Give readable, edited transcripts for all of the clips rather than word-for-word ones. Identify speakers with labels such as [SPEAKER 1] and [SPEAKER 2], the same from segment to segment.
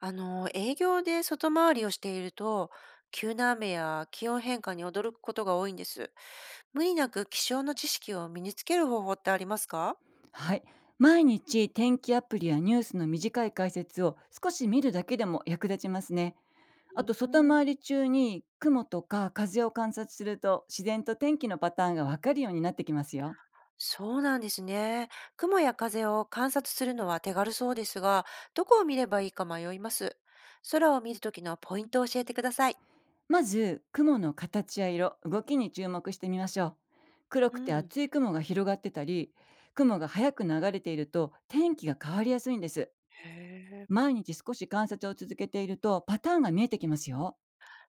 [SPEAKER 1] 営業で外回りをしていると、急な雨や気温変化に驚くことが多いんです。無理なく気象の知識を身につける方法ってありますか？
[SPEAKER 2] はい。毎日天気アプリやニュースの短い解説を少し見るだけでも役立ちますね。
[SPEAKER 1] う
[SPEAKER 2] あ
[SPEAKER 1] ー
[SPEAKER 2] と、外
[SPEAKER 1] ん。
[SPEAKER 2] 回り中に雲とか風を観察すると、自然と天気のパターンがわかるようになってきますよ。
[SPEAKER 1] そうなんですね。雲や風を観察するのは手軽そうですが、どこを見ればいいか迷います。空を見るときのポイントを教えてください。
[SPEAKER 2] まず雲の形や色、動きに注目してみましょう。黒
[SPEAKER 1] う
[SPEAKER 2] くて
[SPEAKER 1] ん、
[SPEAKER 2] 厚い雲が広がってたり、雲が早く流れていると、天気が変わりやすいんです。
[SPEAKER 1] へえ。
[SPEAKER 2] 毎日少し観察を続けているとパターンが見えてきますよ。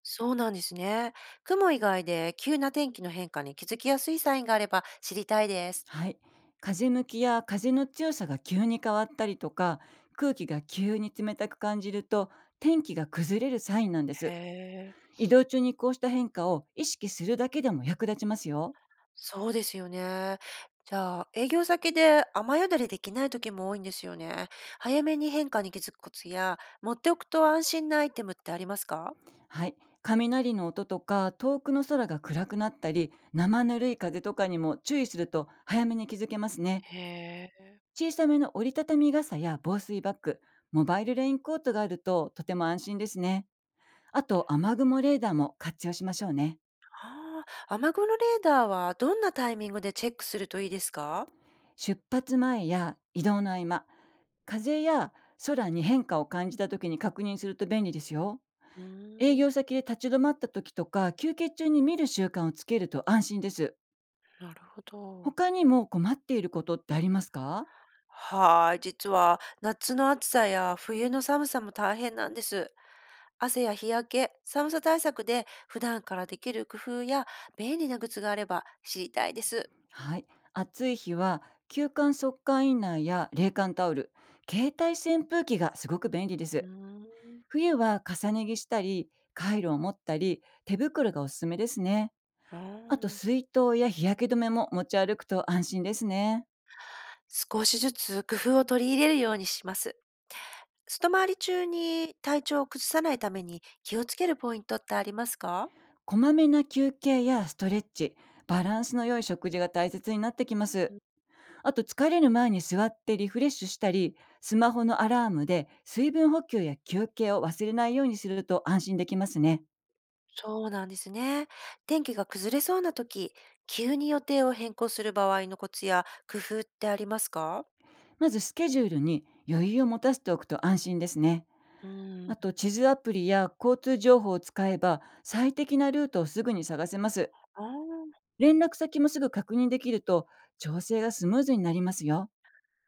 [SPEAKER 1] そうなんですね。雲以外で急な天気の変化に気づきやすいサインがあれば知りたいです。
[SPEAKER 2] はい。風向きや風の強さが急に変わったりとか、空気が急に冷たく感じると、天気が崩れるサインなんで
[SPEAKER 1] へ
[SPEAKER 2] す。
[SPEAKER 1] え。
[SPEAKER 2] 移動中にこうした変化を意識するだけでも役立ちますよ。
[SPEAKER 1] そうですよね。じゃあ、営業先で雨宿りできない時も多いんですよね。早めに変化に気づくコツや、持っておくと安心なアイテムってありますか？
[SPEAKER 2] はい。雷の音とか、遠くの空が暗くなったり、生ぬるい風とかにも注意すると、早めに気づけますね。
[SPEAKER 1] へえ。
[SPEAKER 2] 小さめの折りたたみ傘や防水バッグ、モバイルレインコートがあるととても安心ですね。あと、雨雲レーダーも活用しましょうね。
[SPEAKER 1] ああ、雨雲レーダーはどんなタイミングでチェックするといいですか？
[SPEAKER 2] 出発前や移動の合間、風や空に変化を感じた時に確認すると便利ですよ。
[SPEAKER 1] う
[SPEAKER 2] 営
[SPEAKER 1] ーん、
[SPEAKER 2] 業先で立ち止まった時とか、休憩中に見る習慣をつけると安心です。
[SPEAKER 1] なるほど。
[SPEAKER 2] 他にも困っていることってありますか？
[SPEAKER 1] はーい、実は夏の暑さや冬の寒さも大変なんです。汗や日焼け、寒さ対策で普段からできる工夫や便利なグッズがあれば知りたいです。
[SPEAKER 2] はい。暑い日は、休館速乾インナーや冷感タオル、携帯扇風機がすごく便利で
[SPEAKER 1] うー
[SPEAKER 2] す。
[SPEAKER 1] ん、
[SPEAKER 2] 冬は重ね着したり、カイロを持ったり、手袋がおすすめですね。
[SPEAKER 1] あ
[SPEAKER 2] あと、
[SPEAKER 1] あ、
[SPEAKER 2] 水筒や日焼け止めも持ち歩くと安心ですね。
[SPEAKER 1] 少しずつ工夫を取り入れるようにします。外回り中に体調を崩さないために気をつけるポイントってありますか？
[SPEAKER 2] こまめな休憩やストレッチ、バランスの良い食事が大切になってきます。
[SPEAKER 1] うん。
[SPEAKER 2] あと、疲れる前に座ってリフレッシュしたり、スマホのアラームで水分補給や休憩を忘れないようにすると安心できますね。
[SPEAKER 1] そうなんですね。天気が崩れそうな時、急に予定を変更する場合のコツや工夫ってありますか？
[SPEAKER 2] まずスケジュールに余裕を持たせておくと安心ですね。
[SPEAKER 1] う
[SPEAKER 2] あ
[SPEAKER 1] ん、
[SPEAKER 2] と、地図アプリや交通情報を使えば最適なルートをすぐに探せます。
[SPEAKER 1] ああ、
[SPEAKER 2] 連絡先もすぐ確認できると、調整がスムーズになりますよ。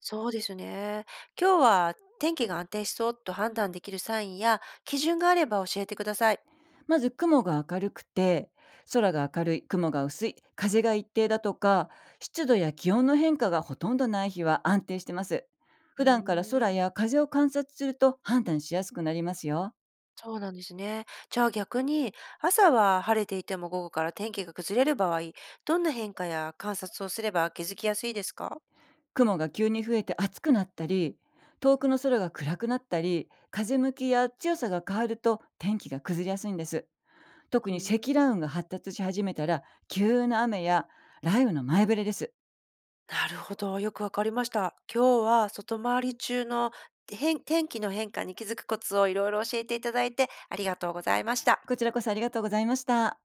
[SPEAKER 1] そうですね。今日は天気が安定しそうと判断できるサインや基準があれば教えてください。
[SPEAKER 2] まず雲が明るくて、空が明るい、雲が薄い、風が一定だとか、湿度や気温の変化がほとんどない日は安定してます。
[SPEAKER 1] う
[SPEAKER 2] 普段から
[SPEAKER 1] ー
[SPEAKER 2] 空
[SPEAKER 1] ん。
[SPEAKER 2] や風を観察すると判断しやすくなりますよ。
[SPEAKER 1] そうなんですね。じゃあ逆に、朝は晴れていても午後から天気が崩れる場合、どんな変化や観察をすれば気づきやすいですか？
[SPEAKER 2] 雲が急に増えて暑くなったり、遠くの空が暗くなったり、風向きや強さが変わると天気が崩れやすいんです。
[SPEAKER 1] う
[SPEAKER 2] 特に
[SPEAKER 1] ん、
[SPEAKER 2] 積乱雲が発達し始めたら、急な雨や雷雨の前触れです。
[SPEAKER 1] なるほど。よくわかりました。今日は外回り中の変天気の変化に気づくコツをいろいろ教えていただいてありがとうございました。
[SPEAKER 2] こちらこそありがとうございました。